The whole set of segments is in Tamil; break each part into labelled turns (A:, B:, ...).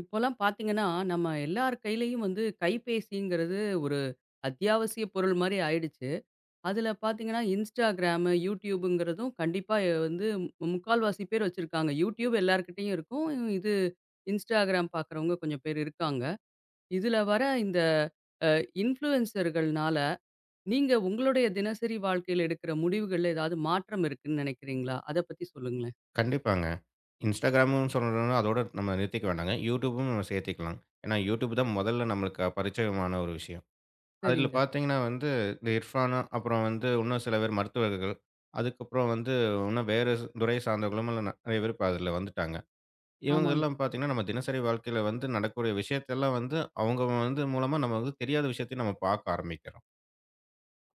A: இப்போலாம் பார்த்தீங்கன்னா, நம்ம எல்லார் கையிலயும் வந்து கைபேசிங்கிறது ஒரு அத்தியாவசிய பொருள் மாரி ஆயிடுச்சு. அதில பார்த்தீங்கன்னா, Instagram, YouTubeங்கிறதும் கண்டிப்பா முக்கால்வாசி பேர் வச்சிருக்காங்க. YouTube எல்லார்கிட்டயும் இருக்கும். இது Instagram பார்க்குறவங்க கொஞ்சம் பேர் இருக்காங்க. இதில வர இந்த அ இன்ஃப்ளூயன்சர்கள்னால நீங்க உங்களுடைய தினசரி வாழ்க்கையில எடுக்கிற முடிவுகள்ல ஏதாவது மாற்றம் இருக்குன்னு நினைக்கிறீங்களா? அத பத்தி சொல்லுங்களேன்.
B: கண்டிப்பாங்க. இன்ஸ்டாகிராமும் சொல்லணும்னா அதோட நம்ம நிறுத்திக்க வேண்டாங்க. யூடியூபும் நம்ம சேர்த்துக்கலாம். ஏன்னா, யூடியூப் தான் முதல்ல நம்மளுக்கு பரிச்சயமான ஒரு விஷயம். அதில
A: சரிங்க.
B: பார்த்தீங்கன்னா வந்து, இந்த இர்ஃபானு, அப்புறம் வந்து இன்னும் சில பேர் மருத்துவர்கள், அதுக்கப்புறம் வந்து இன்னும் வேறு துறை சார்ந்தவர்களும் எல்லாம் நெறைய பேர் இப்ப அதில வந்துட்டாங்க.
A: ஆமாங்க.
B: இவங்கெல்லாம் பார்த்தீங்கன்னா, நம்ம தினசரி வாழ்க்கையில வந்து நடக்கக்கூடிய விஷயத்தெல்லாம் வந்து, அவங்க வந்து மூலமா நம்ம வந்து தெரியாத விஷயத்தையும் நம்ம பார்க்க ஆரம்பிக்கிறோம்.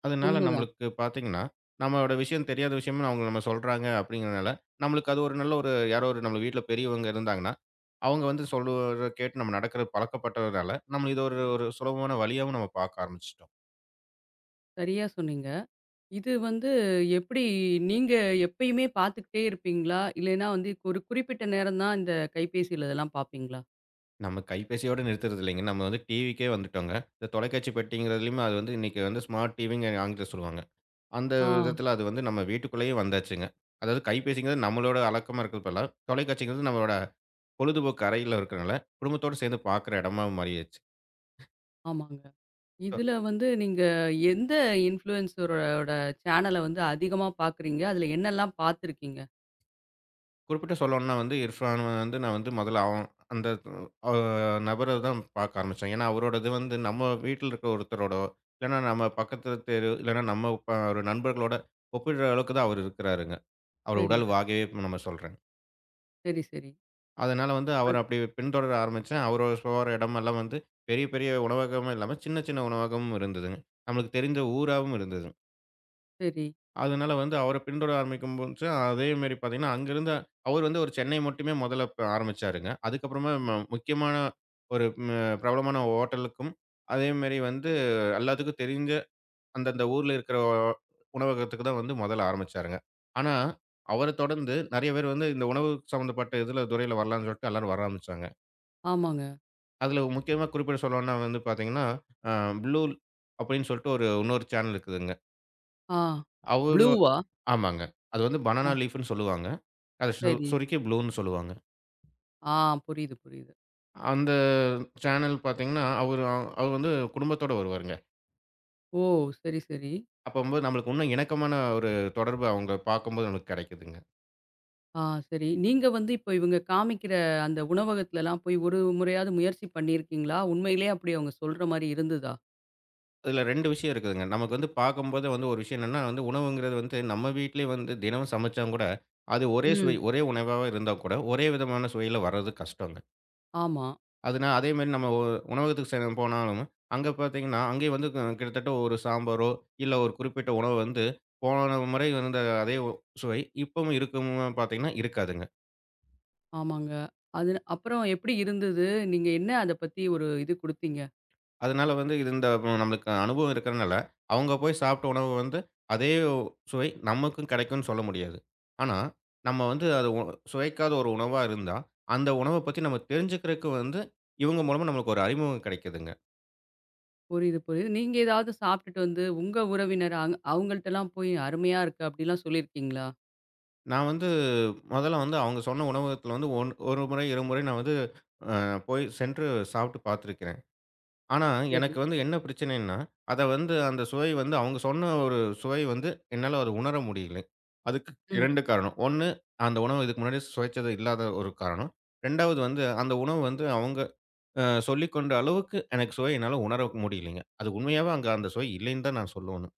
B: அதனால
A: உண்மதான்.
B: நம்மளுக்கு பார்த்தீங்கன்னா, நம்மளோட விஷயம் தெரியாத விஷயமும் அவங்க நம்ம சொல்றாங்க அப்படிங்கிறனால, நம்மளுக்கு அது ஒரு நல்ல ஒரு யாரோ ஒரு நம்ம வீட்ல பெரியவங்க இருந்தாங்கன்னா, அவங்க வந்து சொல்லுவத கேட்டு நம்ம நடக்கிறது பழக்கப்பட்டதுனால, நம்ம இத ஒரு ஒரு சுலபமான வழியாவும் நம்ம பார்க்க ஆரம்பிச்சுட்டோம்.
A: சரியா சொன்னீங்க. இது வந்து எப்படி நீங்க எப்பயுமே பார்த்துக்கிட்டே இருப்பீங்களா? இல்லைன்னா வந்து ஒரு குறிப்பிட்ட நேரம் தான் இந்த கைபேசியில இதெல்லாம் பார்ப்பீங்களா?
B: நம்ம கைபேசியோட நிறுத்துறது இல்லைங்க. நம்ம வந்து டிவிக்கே வந்துட்டோங்க. இந்த தொலைக்காட்சி பெட்டிங்கிறதுலயுமே அது வந்து இன்னைக்கு வந்து ஸ்மார்ட் டிவின்னு ஆங்கிலத்தில சொல்லுவாங்க. அந்த
A: ஆ,
B: விதத்தில அது வந்து நம்ம வீட்டுக்குள்ளேயே வந்தாச்சுங்க. அதாவது கைபேசிங்கிறது நம்மளோட அழக்கமா இருக்கிறது பதிலா, தொலைக்காட்சிங்கிறது நம்மளோட பொழுதுபோக்கு அறையில இருக்கிறனால, குடும்பத்தோடு சேர்ந்து பார்க்குற இடமா மாறிடுச்சு.
A: ஆமாங்க. இதுல வந்து நீங்க எந்த இன்ஃப்ளூயன்சரோட சேனல வந்து அதிகமா பார்க்குறீங்க? அதுல என்னெல்லாம் பார்த்துருக்கீங்க?
B: குறிப்பிட்டு சொல்லணும்னா வந்து இர்ஃபான் வந்து நான் வந்து முதல்ல அவன் அந்த அ நபர தான் பார்க்க ஆரம்பிச்சேன். ஏன்னா, அவரோடது வந்து நம்ம வீட்ல இருக்க ஒருத்தரோடோ, இல்லன்னா நம்ம பக்கத்து தெரு, இல்லன்னா நம்ம ஒரு நண்பர்களோட ஒப்பிடுற அளவுக்கு தான் அவரு இருக்கிறாருங்க. அவரு உடல்
A: சரிங்க.
B: வாகவே இப்ப நம்ம சொல்றேன்.
A: சரி, சரி.
B: அதனால வந்து அவர
A: அது
B: அப்படி பின்தொடர ஆரம்பிச்சேன். அவரு போற இடமெல்லாம் வந்து பெரிய பெரிய உணவகமும் இல்லாம, சின்ன சின்ன உணவகமும் இருந்ததுங்க. நம்மளுக்கு தெரிந்த ஊராவும் இருந்தது.
A: சரி.
B: அதனால வந்து அவர பின்தொடர ஆரம்பிக்கும் போது, அதே மாரி பார்த்தீங்கன்னா, அங்கிருந்த அவர் வந்து ஒரு சென்னை மட்டுமே முதல்ல ஆரம்பிச்சாருங்க. அதுக்கப்புறமா முக்கியமான ஒரு பிரபலமான ஹோட்டலுக்கும், அதே மாரி வந்து எல்லாத்துக்கும் தெரிஞ்ச அந்தந்த ஊர்ல இருக்கிற உணவகத்துக்கு தான் வந்து முதல்ல ஆரம்பிச்சாருங்க. ஆனா, அவர தொடர்ந்து நெறைய பேர் வந்து இந்த உணவு சம்மந்தப்பட்ட இதுல துறையில வரலான்னு சொல்லிட்டு எல்லாரும் வர ஆரம்பிச்சாங்க.
A: ஆமாங்க.
B: அதுல முக்கியமா குறிப்பிட சொல்லணும்னா வந்து பார்த்தீங்கன்னா, அ ப்ளூ அப்படின்னு சொல்லிட்டு ஒரு இன்னொரு சேனல் இருக்குதுங்க.
A: ஆ.
B: அவங்க
A: ப்ளூவா?
B: ஆமாங்க. அது வந்து
A: ஆ,
B: பனானா லீஃப்ன்னு சொல்லுவாங்க. அது
A: சரி.
B: சொருக்கி ப்ளூன்னு சொல்லுவாங்க.
A: ஆ, புரியுது, புரியுது.
B: அந்த சேனல் பார்த்தீங்கன்னா, அவரு அவரு வந்து குடும்பத்தோட வருவாருங்க.
A: ஓ! சரி, சரி.
B: அப்பம்போது நம்மளுக்கு இன்னும் இணக்கமான ஒரு தொடர்பு அவங்க பார்க்கும்போது நமக்கு கெடைக்குதுங்க.
A: ஆ, சரி. நீங்க வந்து இப்ப இவங்க காமிக்கிற அந்த உணவகத்துலலாம் போய் ஒரு முறையாவது முயற்சி பண்ணியிருக்கீங்களா? உண்மையிலே அப்படி அவங்க சொல்ற மாரி இருந்ததா?
B: இதுல 2 விஷயம் இருக்குதுங்க. நமக்கு வந்து பார்க்கும்போது வந்து ஒரு விஷயம் என்னன்னா வந்து, உணவுங்கிறது வந்து நம்ம வீட்லயே வந்து தினமும் சமைச்சா கூட, அது ஒரே சுவை,
A: ம்.
B: ஒரே உணவாவே இருந்தா கூட, ஒரே விதமான சுவையில வர்றது கஷ்டங்க.
A: ஆமா.
B: அதுனா அதேமாரி நம்ம உணவகத்துக்கு போனாலும், அங்க பார்த்தீங்கன்னா, அங்கேயும் வந்து கிட்டத்தட்ட ஒரு சாம்பாரோ, இல்ல ஒரு குறிப்பிட்ட உணவு வந்து போன முறை இருந்த அதே சுவை இப்பவும் இருக்குமா பார்த்தீங்கன்னா, இருக்காதுங்க.
A: ஆமாங்க. அது அப்புறம் எப்படி இருந்தது? நீங்க என்ன அத பத்தி ஒரு இது குடுத்தீங்க?
B: அதனால வந்து இது இந்த நம்மளுக்கு அனுபவம் இருக்கிறனால, அவங்க போய் சாப்பிட்ட உணவு வந்து அதே சுவை நமக்கும் கிடைக்கும்னு சொல்ல முடியாது. ஆனா, நம்ம வந்து அது சுவைக்காத ஒரு உணவா இருந்தா, அந்த உணவ பத்தி நம்ம தெரிஞ்சுக்கிறதுக்கு வந்து இவங்க மூலமா நம்மளுக்கு ஒரு அறிமுகம் கிடைக்குதுங்க.
A: புரியுது, புரியுது. நீங்க ஏதாவது சாப்பிட்டுட்டு வந்து உங்க உறவினர் அவங்கள்ட்டலாம் போய் அருமையா இருக்கு அப்படிலாம் சொல்லியிருக்கீங்களா?
B: நான் வந்து முதல்ல வந்து அவங்க சொன்ன உணவகத்துல வந்து 1 முறை, 2 முறை நான் வந்து அ போய் சென்று சாப்பிட்டு பார்த்துருக்கிறேன். ஆனா,
A: சரி.
B: எனக்கு வந்து என்ன பிரச்சனைன்னா, அத வந்து அந்த சுவை வந்து அவங்க சொன்ன ஒரு சுவை வந்து என்னால அத உணர முடியலை. அதுக்கு
A: ம்.
B: 2 காரணம். 1, அந்த உணவு இதுக்கு முன்னாடி சுவைச்சது இல்லாத ஒரு காரணம். 2வது வந்து அந்த உணவு வந்து அவங்க சொல்லிக் கொண்ட அளவுக்கு எனக்கு சுவை என்னால உணர முடியலைங்க. அது உண்மையாவே அங்க அந்த சுவை இல்லைன்னு தான் நான் சொல்லணும்.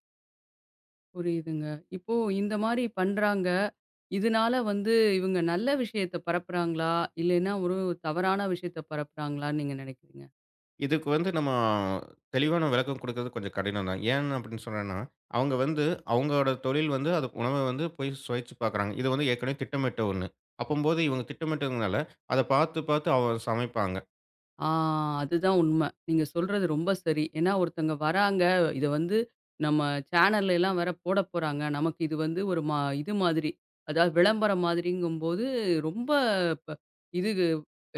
A: புரியுதுங்க. இப்போ இந்த மாரி பண்றாங்க. இதனால வந்து இவங்க நல்ல விஷயத்த பரப்புறாங்களா? இல்லைன்னா ஒரு தவறான விஷயத்த பரப்புறாங்களான்னு நீங்க நினைக்கிறீங்க?
B: இதுக்கு வந்து நம்ம தெளிவான விளக்கம் குடுக்கறது கொஞ்சம் கடினம் தான். ஏன் அப்படின்னு சொன்னேன்னா, அவங்க வந்து அவங்களோட தொழில் வந்து அது உணவ வந்து போய் சுவைச்சு பார்க்குறாங்க. இது வந்து ஏற்கனவே திட்டமிட்ட ஒண்ணு. அப்பம்போது இவங்க திட்டமிட்டதுனால, அத பார்த்து பார்த்து அவங்க சமைப்பாங்க.
A: ஆ, அதுதான் உண்மை. நீங்க சொல்றது ரொம்ப சரி. ஏன்னா ஒருத்தங்க வராங்க, இத வந்து நம்ம சேனல்ல எல்லாம் வேற போட போறாங்க. நமக்கு இது வந்து ஒரு மா இது மாதிரி, அதாவது விளம்பரம் மாதிரிங்கும்போது ரொம்ப ப இது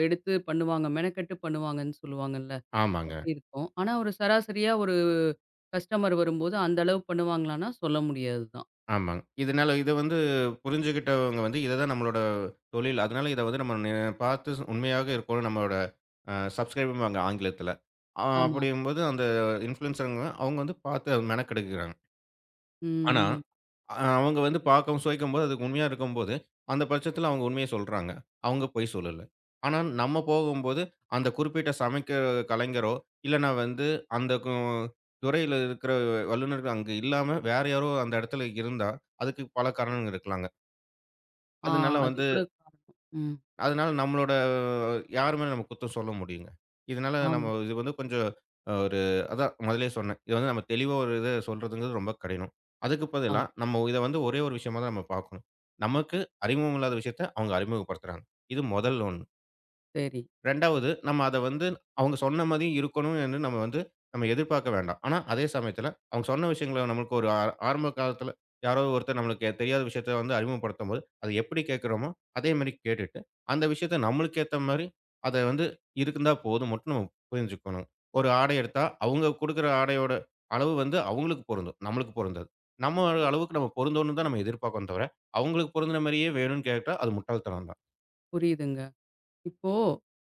A: எடுத்து பண்ணுவாங்க, மெனக்கெட்டு பண்ணுவாங்கன்னு சொல்லுவாங்கல்ல.
B: ஆமாங்க,
A: அப்படி இருக்கும். ஆனா ஒரு சராசரியா ஒரு கஸ்டமர் வரும்போது அந்த அளவு பண்ணுவாங்களான்னா சொல்ல முடியாது தான்.
B: ஆமாங்க. இதனால இத வந்து புரிஞ்சுகிட்டவங்க வந்து இத தான் நம்மளோட தொழில். அதனால இத வந்து நம்ம பார்த்து உண்மையாக இருக்கோணும் நம்மளோட சப்ஸ்கிரைபும்பாங்க ஆங்கிலத்தில.
A: ஆமா.
B: அப்படிங்கும்போது அந்த இன்ஃப்ளூயன்சருங்க அவங்க வந்து பார்த்து மெனக்கெடுக்குறாங்க. ஆனா
A: ம், ம்.
B: அவங்க வந்து பார்க்கவும், சுவைக்கும்போது அதுக்கு உண்மையா இருக்கும்போது, அந்த பட்சத்தில அவங்க உண்மைய சொல்றாங்க. அவங்க பொய் சொல்லல. ஆனா நம்ம போகும்போது, அந்த குறிப்பிட்ட சமைக்கிற கலைஞரோ, இல்லன்னா வந்து அந்த துறையில இருக்கிற வல்லுநர்கள் அங்க இல்லாம வேற யாரோ அந்த இடத்துல இருந்தா, அதுக்கு பல காரணங்கள் இருக்கலாங்க.
A: ஆ,
B: அதனால
A: அது
B: வந்து
A: கூட காரணம். ம்.
B: அதனால நம்மளோட யார் மேல நம்ம குத்தம் சொல்ல முடியுங்க. இதனால
A: ஆமா.
B: நம்ம இது வந்து கொஞ்சம் ஒரு அதான் முதல்லயே சொன்னேன். இது வந்து நம்ம தெளிவா ஒரு இத சொல்றதுங்கிறது ரொம்ப கடினம். அதுக்கு
A: ஆ,
B: பதிலா நம்ம இத வந்து ஒரே ஒரு விஷயமா தான் நம்ம பார்க்கணும். நமக்கு அறிமுகம் இல்லாத விஷயத்த அவங்க அறிமுகப்படுத்துறாங்க. இது முதல் ஒண்ணு.
A: சரி.
B: 2வது நம்ம அத வந்து அவங்க சொன்ன மாரி இருக்கணும் என்று நம்ம வந்து நம்ம எதிர்பார்க்க வேண்டாம். ஆனா, அதே சமயத்துல அவங்க சொன்ன விஷயங்கள நம்மளுக்கு ஒரு ஆரம்ப காலத்துல யாரோ ஒருத்தர் நம்மளுக்கு தெரியாத விஷயத்த வந்து அறிமுகப்படுத்தும்போது, அத எப்படி கேட்கிறோமோ, அதே மாரி கேட்டுட்டு, அந்த விஷயத்த நம்மளுக்கு ஏத்த மாரி அத வந்து இருந்தா போதும் மட்டும் நம்ம புரிஞ்சுக்கணும். ஒரு ஆடை எடுத்தா, அவங்க குடுக்குற ஆடையோட அளவு வந்து அவங்களுக்கு பொருந்தும். நம்மளுக்கு பொருந்தாது. நம்ம அளவுக்கு நம்ம பொருந்தோணும்னு தான் நம்ம எதிர்பார்க்கிறோம் தவிர, அவங்களுக்கு பொருந்துன மாரியே வேணும்னு கேட்டா அது முட்டாள்தனம் தான்.
A: புரியுதுங்க. இப்போ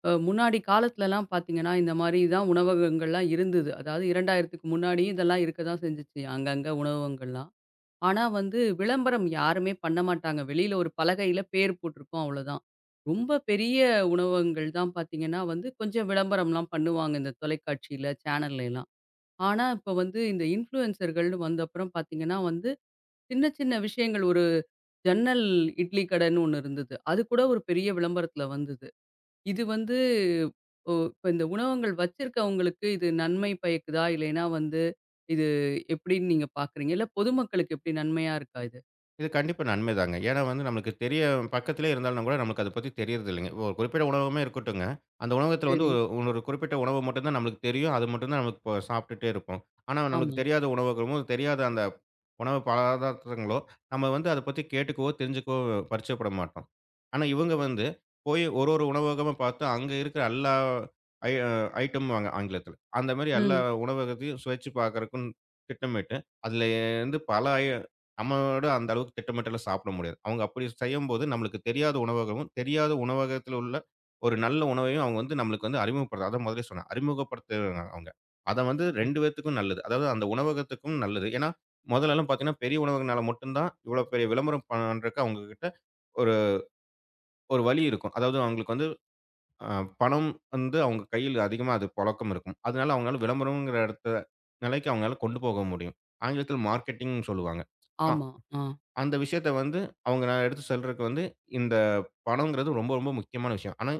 A: முன்னாடி காலத்துலலாம் பார்த்தீங்கன்னா, இந்த மாரி தான் உணவகங்கள்லாம் இருந்தது. அதாவது 2000க்கு முன்னாடி இதெல்லாம் இருக்க தான் செஞ்சுச்சு. அங்கங்க உணவகங்கள்லாம். ஆனா வந்து விளம்பரம் யாருமே பண்ண மாட்டாங்க. வெளியில ஒரு பலகையில பேர் போட்டிருக்கும் அவ்வளோதான். ரொம்ப பெரிய உணவகங்கள் தான் பார்த்தீங்கன்னா வந்து கொஞ்சம் விளம்பரம்லாம் பண்ணுவாங்க. இந்த தொலைக்காட்சியில, சேனல்லைலாம். ஆனா இப்ப வந்து இந்த இன்ஃப்ளூயன்சர்கள்னு வந்தப்புறம் பார்த்தீங்கன்னா வந்து சின்ன சின்ன விஷயங்கள் ஒரு ஜன்னல் இட்லி கடன்னு ஒண்ணு இருந்தது. அது கூட ஒரு பெரிய விளம்பரத்துல வந்தது. இது வந்து இப்ப இந்த உணவகங்கள் வச்சிருக்கவங்களுக்கு இது நன்மை பயக்குதா? இல்லைன்னா வந்து இது எப்படின்னு நீங்க பார்க்குறீங்க? இல்ல பொதுமக்களுக்கு எப்படி நன்மையா இருக்கா இது?
B: இது கண்டிப்பா நன்மைதாங்க. ஏன்னா வந்து நம்மளுக்கு தெரிய பக்கத்திலே இருந்தாலும் கூட நம்மளுக்கு அத பத்தி தெரியறது இல்லைங்க. ஒரு குறிப்பிட்ட உணவகமே இருக்கட்டுங்க. அந்த உணவகத்தில வந்து
A: சரி.
B: ஒரு ஒரு குறிப்பிட்ட உணவு மட்டும் தான் நம்மளுக்கு தெரியும். அது மட்டும் தான் நமக்கு இப்போ சாப்பிட்டுட்டே இருப்போம். ஆனா
A: ஆமா.
B: நம்மளுக்கு தெரியாத உணவகமும், தெரியாத அந்த உணவு பதார்த்தங்களோ, நம்ம வந்து அத பத்தி கேட்டுக்கவோ, தெரிஞ்சுக்கவோ பரிச்சயப்பட மாட்டோம். ஆனா இவங்க வந்து போய் ஒரு ஒரு உணவகமா பார்த்து அங்க இருக்கிற எல்லா ஐ ஐட்டம்பாங்க ஆங்கிலத்தில. அந்த மாரி எல்லா
A: ம்.
B: உணவகத்தையும் சுவைச்சு பார்க்கறக்குன்னு திட்டமிட்டு, அதில இருந்து பல நம்மளோட அந்த அளவுக்கு திட்டமிட்டலா சாப்பிட முடியாது. அவங்க அப்படி செய்யும்போது நம்மளுக்கு தெரியாத உணவகமும், தெரியாத உணவகத்தில உள்ள ஒரு நல்ல உணவையும் அவங்க வந்து நம்மளுக்கு வந்து அறிமுகப்படுத்த அதான் முதலே சொன்னேன். அறிமுகப்படுத்துறாங்க அவங்க. அத வந்து 2 பேத்துக்கும் நல்லது. அதாவது அந்த உணவகத்துக்கும் நல்லது. ஏன்னா, முதலலாம் பார்த்தீங்கன்னா, பெரிய உணவகனால மட்டும் தான் இவ்வளோ பெரிய விளம்பரம் பண்றக்கு அவங்க கிட்ட ஒரு ஒரு வழி இருக்கும். அதாவது அவங்களுக்கு வந்து அ பணம் வந்து அவங்க கையில அதிகமா அது புழக்கம் இருக்கும். அதனால அவங்களால விளம்பரம்ங்கிற இடத்த நிலைக்கு அவங்களால கொண்டு போக முடியும். ஆங்கிலத்தில மார்க்கெட்டிங்ன்னு சொல்லுவாங்க. அ
A: ஆமா. ஆ,
B: அந்த விஷயத்த வந்து அவங்க நான் எடுத்து சொல்றதுக்கு வந்து, இந்த பணம்ங்கிறது ரொம்ப, ரொம்ப முக்கியமான விஷயம். ஆனா,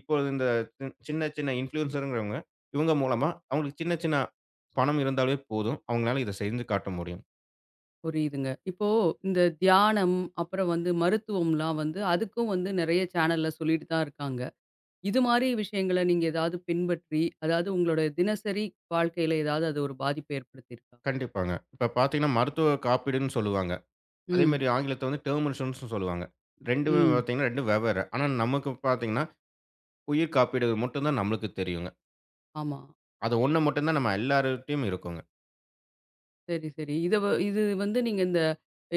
B: இப்போ இந்த சின்ன, சின்ன இன்ஃப்ளூயன்சர்ங்கிறவங்க, இவங்க மூலமா அவங்களுக்கு சின்ன, சின்ன பணம் இருந்தாலே போதும். அவங்களால இத செஞ்சு காட்ட முடியும்.
A: புரியுதுங்க. இப்போ இந்த தியானம், அப்புறம் வந்து மருத்துவம்லாம் வந்து அதுக்கும் வந்து நெறைய சேனல்ல சொல்லிட்டு தான் இருக்காங்க. இது மாரி விஷயங்கள நீங்க ஏதாவது பின்பற்றி, அதாவது உங்களோட தினசரி வாழ்க்கையில ஏதாவது அது ஒரு பாதிப்பை ஏற்படுத்தியிருக்கா?
B: கண்டிப்பாங்க. இப்ப பார்த்தீங்கன்னா, மருத்துவ காப்பீடுன்னு சொல்லுவாங்க.
A: ம்,
B: அதேமாரி ஆங்கிலத்துல வந்து டெர்ம் இன்சூரன்ஸ்ன்னு சொல்லுவாங்க. 2மே
A: ம்.
B: பார்த்தீங்கன்னா, 2 வெவ்வேறு. ஆனா, நமக்கு பார்த்தீங்கன்னா, உயிர் காப்பீடு மட்டும் தான் நம்மளுக்கு தெரியுங்க.
A: ஆமா.
B: அது ஒண்ணு மட்டும் தான் நம்ம எல்லார்ட்டயும் இருக்குங்க.
A: சரி, சரி. இத வ இது வந்து நீங்க இந்த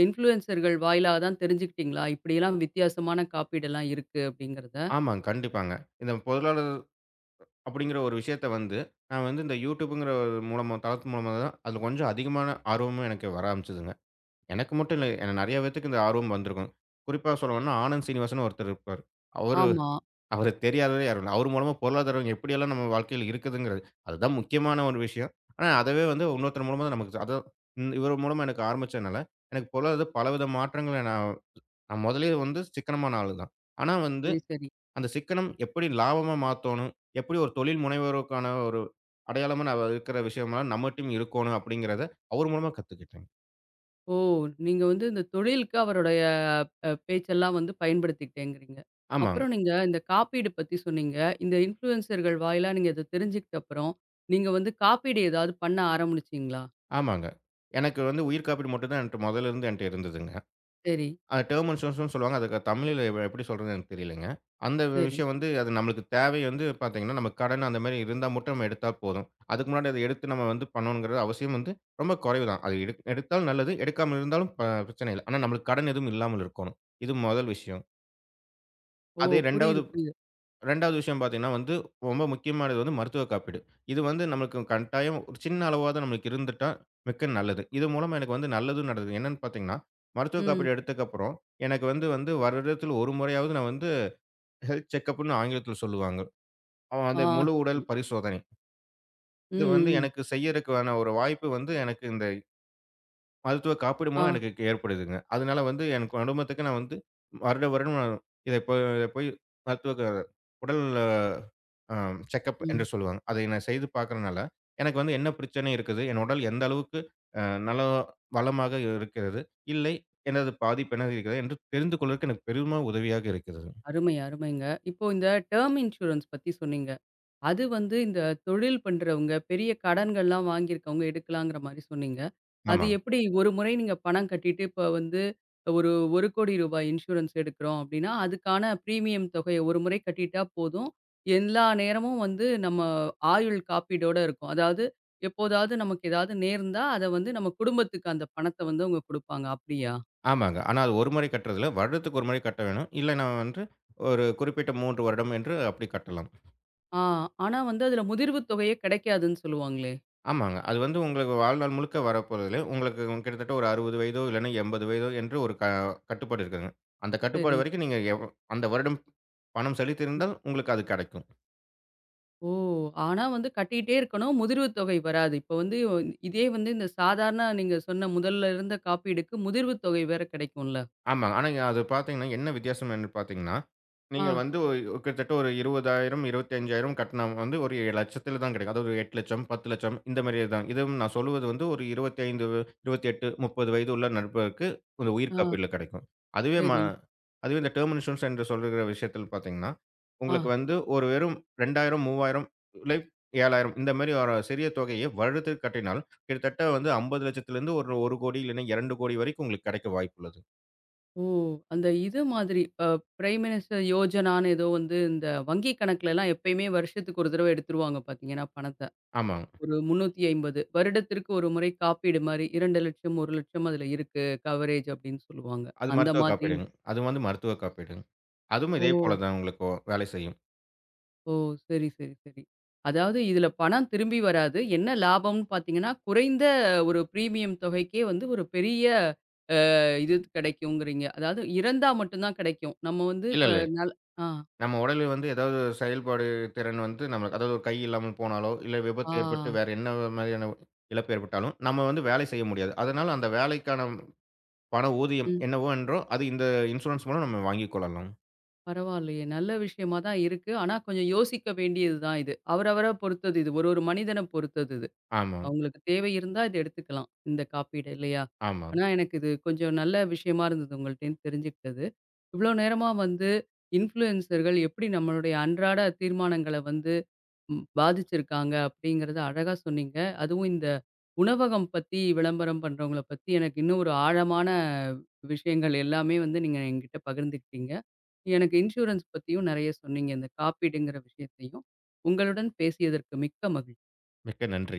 A: இன்ஃப்ளூயன்சர்கள் வாயிலா தான் தெரிஞ்சுக்கிட்டீங்களா? இப்படியெல்லாம் வித்தியாசமான காப்பீடெல்லாம் இருக்கு அப்படிங்கிறத?
B: ஆமாங்க. கண்டிப்பாங்க. இந்த பொருளாதார அப்படிங்கிற ஒரு விஷயத்த வந்து, நான் வந்து இந்த யூடியூப்ங்கிற ஒரு மூலமா தளத்து மூலமா தான் அது கொஞ்சம் அதிகமான ஆர்வமும் எனக்கு வர ஆரம்பிச்சதுங்க. எனக்கு மட்டும் இல்ல,
A: ஆ.
B: ஏன்னா நெறைய பேத்துக்கு இந்த ஆர்வம் வந்திருக்கும். குறிப்பா சொல்லணும்னா ஆனந்த் சீனிவாசன்னு ஒருத்தர் இருப்பாரு. அவரு
A: ஆமா.
B: அவர தெரியாதவரே யாரும் இல்ல. அவர் மூலமா பொருளாதாரம் எப்படியெல்லாம் நம்ம வாழ்க்கையில இருக்குதுங்கிறது, அதுதான் முக்கியமான ஒரு விஷயம். ஆனா அதவே வந்து இன்னொருத்தர் மூலமா தான் நமக்கு அதான் இவர் மூலமா எனக்கு ஆரம்பிச்சதுனால, எனக்கு பொருளாதார பலவித மாற்றங்கள நான் நான் மொதலயே வந்து சிக்கனமான ஆளு தான். ஆனா வந்து
A: சரி, சரி.
B: அந்த சிக்கனம் எப்படி லாபமா மாத்தோணும்? எப்படி ஒரு தொழில் முனைவோருக்கான ஒரு அடையாளமா நான் இருக்கிற விஷயம்லாம் நம்மட்டயும் இருக்கோணும் அப்படிங்கிறத அவர் மூலமா கத்துக்கிட்டேங்க.
A: ஓ! நீங்க வந்து இந்த தொழிலுக்கு அவருடைய பேச்செல்லாம் வந்து பயன்படுத்திக்கிட்டேங்கிறீங்க.
B: ஆமாங்க,
A: அப்புறம் நீங்க இந்த காப்பீடு பத்தி சொன்னீங்க. இந்த இன்ஃப்ளூயன்சர்கள் வாயிலா நீங்க இத தெரிஞ்சுக்கிட்ட அப்புறம், நீங்க வந்து காப்பீடு ஏதாவது பண்ண ஆரம்பிச்சீங்களா?
B: ஆமாங்க. எனக்கு வந்து உயிர் காப்பீடு மட்டும் தான் என்ட்ட முதல்ல இருந்து என்ட்ட இருந்ததுங்க.
A: சரி,
B: அது டெர்ம் இன்சூரன்ஸ்ன்னு சொல்லுவாங்க. அதுக்கு தமிழ்ல எப்படி சொல்றதுன்னு எனக்கு தெரியலங்க. அந்த
A: சரி.
B: விஷயம் வந்து அது நம்மளுக்கு தேவை வந்து பார்த்தீங்கன்னா, நம்ம கடன் அந்த மாரி இருந்தா மட்டும் நம்ம எடுத்தா போதும். அதுக்கு முன்னாடி அத எடுத்து நம்ம வந்து பண்ணணுங்கிறது அவசியம் வந்து ரொம்ப குறைவு தான். அது எடுத்தாலும் நல்லது, எடுக்காம இருந்தாலும் பிரச்சனை இல்ல. ஆனா நம்மளுக்கு கடன் எதுவும் இல்லாமல் இருக்கோணும். இது முதல் விஷயம்.
A: ஓ!
B: அதே
A: புரியுது,
B: 2வது
A: புரியுது.
B: 2வது விஷயம் பார்த்தீங்கன்னா வந்து, ரொம்ப முக்கியமானது வந்து மருத்துவ காப்பீடு. இது வந்து நம்மளுக்கு கட்டாயம் ஒரு சின்ன அளவாவது நம்மளுக்கு இருந்துட்டா மிக்க நல்லது. இது மூலமா எனக்கு வந்து நல்லதும் நடக்குது. என்னன்னு பார்த்தீங்கன்னா, மருத்துவ
A: ம்.
B: காப்பீடு எடுத்ததுக்கப்புறம் எனக்கு வந்து வந்து வருடத்தில் 1 முறையாவது நான் வந்து ஹெல்த் செக்கப்ன்னு ஆங்கிலத்தில சொல்லுவாங்க. அவன்
A: ஆ,
B: அந்த முழு
A: சரி.
B: உடல் பரிசோதனை.
A: ம்,
B: இது வந்து
A: ம்.
B: எனக்கு செய்யறதுக்கான ஒரு வாய்ப்பு வந்து எனக்கு இந்த மருத்துவ காப்பீடு
A: ஆ.
B: மூலம் எனக்கு ஏற்படுதுங்க. அதனால வந்து என் குடும்பத்துக்கு நான் வந்து வருட வருடம் நான் இத போய் மருத்துவ உடல் ஆம். செக்கப் என்று
A: ம்.
B: சொல்லுவாங்க. அதை நான் செய்து பார்க்கிறனால, எனக்கு வந்து என்ன பிரச்சனை இருக்குது? என் உடல் எந்த அளவுக்கு அ நல வளமாக இருக்கிறது? இல்லை, எனது பாதிப்பு என்னது இருக்கிறது? என்று தெரிந்து கொள்வதற்கு எனக்கு பெரிதுமா உதவியாக இருக்கிறது.
A: அருமை, அருமைங்க. இப்போ இந்த டெர்ம் இன்சூரன்ஸ் பத்தி சொன்னீங்க. அது வந்து இந்த தொழில் பண்றவங்க, பெரிய கடன்கள்லாம் வாங்கியிருக்கவங்க எடுக்கலாங்கிற மாரி சொன்னீங்க. அது
B: ஆமாங்க.
A: எப்படி ஒரு முறை நீங்க பணம் கட்டிட்டு, இப்ப வந்து ஒரு ரூ. 1,00,00,000 இன்சூரன்ஸ் எடுக்கிறோம் அப்படின்னா, அதுக்கான பிரீமியம் தொகைய ஒரு முறை கட்டிட்டா போதும். எல்லா நேரமும் வந்து நம்ம ஆயுள் காப்பீடோட இருக்கும். அதாவது எப்போதாவது நமக்கு ஏதாவது நேர்ந்தா, அத வந்து நம்ம குடும்பத்துக்கு அந்த பணத்த வந்து அவங்க குடுப்பாங்க. அப்படியா?
B: ஆமாங்க. ஆனா அது ஒரு முறை கட்டுறதில்ல. வருடத்துக்கு ஒரு முறை கட்ட வேணும். இல்லை நான் வந்து ஒரு குறிப்பிட்ட 3 வருடம் என்று அப்படி கட்டலாம்.
A: ஆ. ஆனா வந்து அதுல முதிர்வு தொகையே கிடைக்காதுன்னு சொல்லுவாங்களே?
B: ஆமாங்க. அது வந்து உங்களுக்கு வாழ்நாள் முழுக்க வரப்போறதில்ல. உங்களுக்கு கிட்டத்தட்ட ஒரு 60 வயதோ, இல்லைன்னா 80 வயதோ என்று ஒரு கட்டுப்பாடு இருக்குதுங்க. அந்த
A: சரி.
B: கட்டுப்பாடு வரைக்கும் நீங்க அந்த வருடம் பணம் செலுத்தியிருந்தால் உங்களுக்கு அது கிடைக்கும்.
A: ஓ! ஆனா வந்து கட்டிட்டே இருக்கணும். முதிர்வு தொகை வராது. இப்ப வந்து இதே வந்து இந்த சாதாரண நீங்க சொன்ன முதல்ல இருந்த காப்பீடுக்கு முதிர்வு தொகை வேற கிடைக்கும்ல.
B: ஆமாங்க. ஆனா அது பார்த்தீங்கன்னா, என்ன வித்தியாசம் என்று பார்த்தீங்கன்னா,
A: ஆ,
B: நீங்க வந்து கிட்டத்தட்ட ஒரு 20,000 25,000 கட்டினா வந்து ஒரு லட்சத்தில தான் கிடைக்கும். அதாவது ஒரு 8,00,000 10,00,000 இந்த மாரியே தான். இதுவும் நான் சொல்வது வந்து ஒரு 25 28 30 வயது உள்ள நபருக்கு இந்த உயிர்
A: ஆ,
B: காப்பீடுல கிடைக்கும். அதுவே ம
A: சரி.
B: அதுவே இந்த டெர்ம் இன்சூரன்ஸ் என்று சொல்லுகிற விஷயத்தில் பார்த்தீங்கன்னா,
A: ஆ,
B: உங்களுக்கு வந்து ஒரு வெறும் 2,000 3,000 இல்லை 7,000 இந்த மாரி ஒரு சிறிய தொகையை வருடத்திற்கு கட்டினால், கிட்டத்தட்ட வந்து 50,00,000 இருந்து ஒரு 1,00,00,000 கோடி இல்லைன்னா 2,00,00,000 வரைக்கும் உங்களுக்கு கிடைக்க வாய்ப்புள்ளது.
A: ஓ! அந்த இது மாதிரி பிரைம் மினிஸ்டர் யோஜனான்னு ஏதோ வந்து இந்த வங்கி கணக்குலலாம் எப்பயுமே வருஷத்துக்கு ஒரு தடவ எடுத்துருவாங்க பார்த்தீங்கன்னா, பணத்த.
B: ஆமாங்க.
A: ஒரு 350 வருடத்திற்கு ஒரு முறை காப்பீடு மாரி 2,00,000 1,00,000 அதுல இருக்கு கவரேஜ் அப்படின்னு சொல்லுவாங்க.
B: அது
A: அந்த
B: மருத்துவ
A: மாதிரின்னு.
B: காப்பீடுங்க. அது வந்து மருத்துவ காப்பீடுங்க. அதுவும்
A: ஓ!
B: இதே போல தான் உங்களுக்கு வேலை செய்யும்.
A: ஓ! சரி, சரி, சரி. அதாவது இதுல பணம் திரும்பி வராது. என்ன லாபம்னு பார்த்தீங்கன்னா, குறைந்த ஒரு பிரீமியம் தொகைக்கே வந்து ஒரு பெரிய இது கிடைக்குங்கிறீங்க. அதாவது இறந்தா மட்டும் தான் கிடைக்கும். நம்ம வந்து
B: இல்ல,
A: இப்ப
B: இல்ல.
A: நல் ஆ,
B: நம்ம உடலில் வந்து ஏதாவது ஒரு செயல்பாடு திறன் வந்து நமக்கு அதாவது ஒரு கை இல்லாமல் போனாலோ, இல்ல
A: ஆ,
B: விபத்து ஏற்பட்டு வேற என்ன மாதிரியான இழப்பு ஏற்பட்டாலும், நம்ம வந்து வேலை செய்ய முடியாது. அதனால அந்த வேலைக்கான பண ஊதியம்
A: ம்.
B: என்னவோ என்றோ, அது இந்த இன்சூரன்ஸ் மூலம் நம்ம வாங்கிக் கொள்ளலாம்.
A: பரவாயில்லையே! நல்ல விஷயமா தான் இருக்கு. ஆனா கொஞ்சம் யோசிக்க வேண்டியது தான் இது. அவரவர பொறுத்தது இது. ஒரு ஒரு மனிதன பொறுத்தது இது.
B: ஆமா,
A: அவங்களுக்கு தேவை இருந்தா இத எடுத்துக்கலாம். இந்த காப்பீடு இல்லையா?
B: ஆமா.
A: ஆனா எனக்கு இது கொஞ்சம் நல்ல விஷயமா இருந்தது உங்கள்ட்டேருந்து தெரிஞ்சுக்கிட்டது. இவ்ளோ நேரமா வந்து இன்ஃப்ளூயன்சர்கள் எப்படி நம்மளுடைய அன்றாட தீர்மானங்கள வந்து ம் பாதிச்சிருக்காங்க அப்படிங்கிறத அழகா சொன்னீங்க. அதுவும் இந்த உணவகம் பத்தி விளம்பரம் பண்றவங்கள பத்தி எனக்கு இன்னும் ஒரு ஆழமான விஷயங்கள் எல்லாமே வந்து நீங்க என்கிட்ட பகிர்ந்துக்கிட்டீங்க. எனக்கு இன்சூரன்ஸ் பத்தியும் நெறைய சொன்னீங்க. இந்த காப்பீடுங்கிற விஷயத்தையும். உங்களுடன் பேசியதற்கு மிக்க மகிழ்ச்சி.
B: மிக்க நன்றி.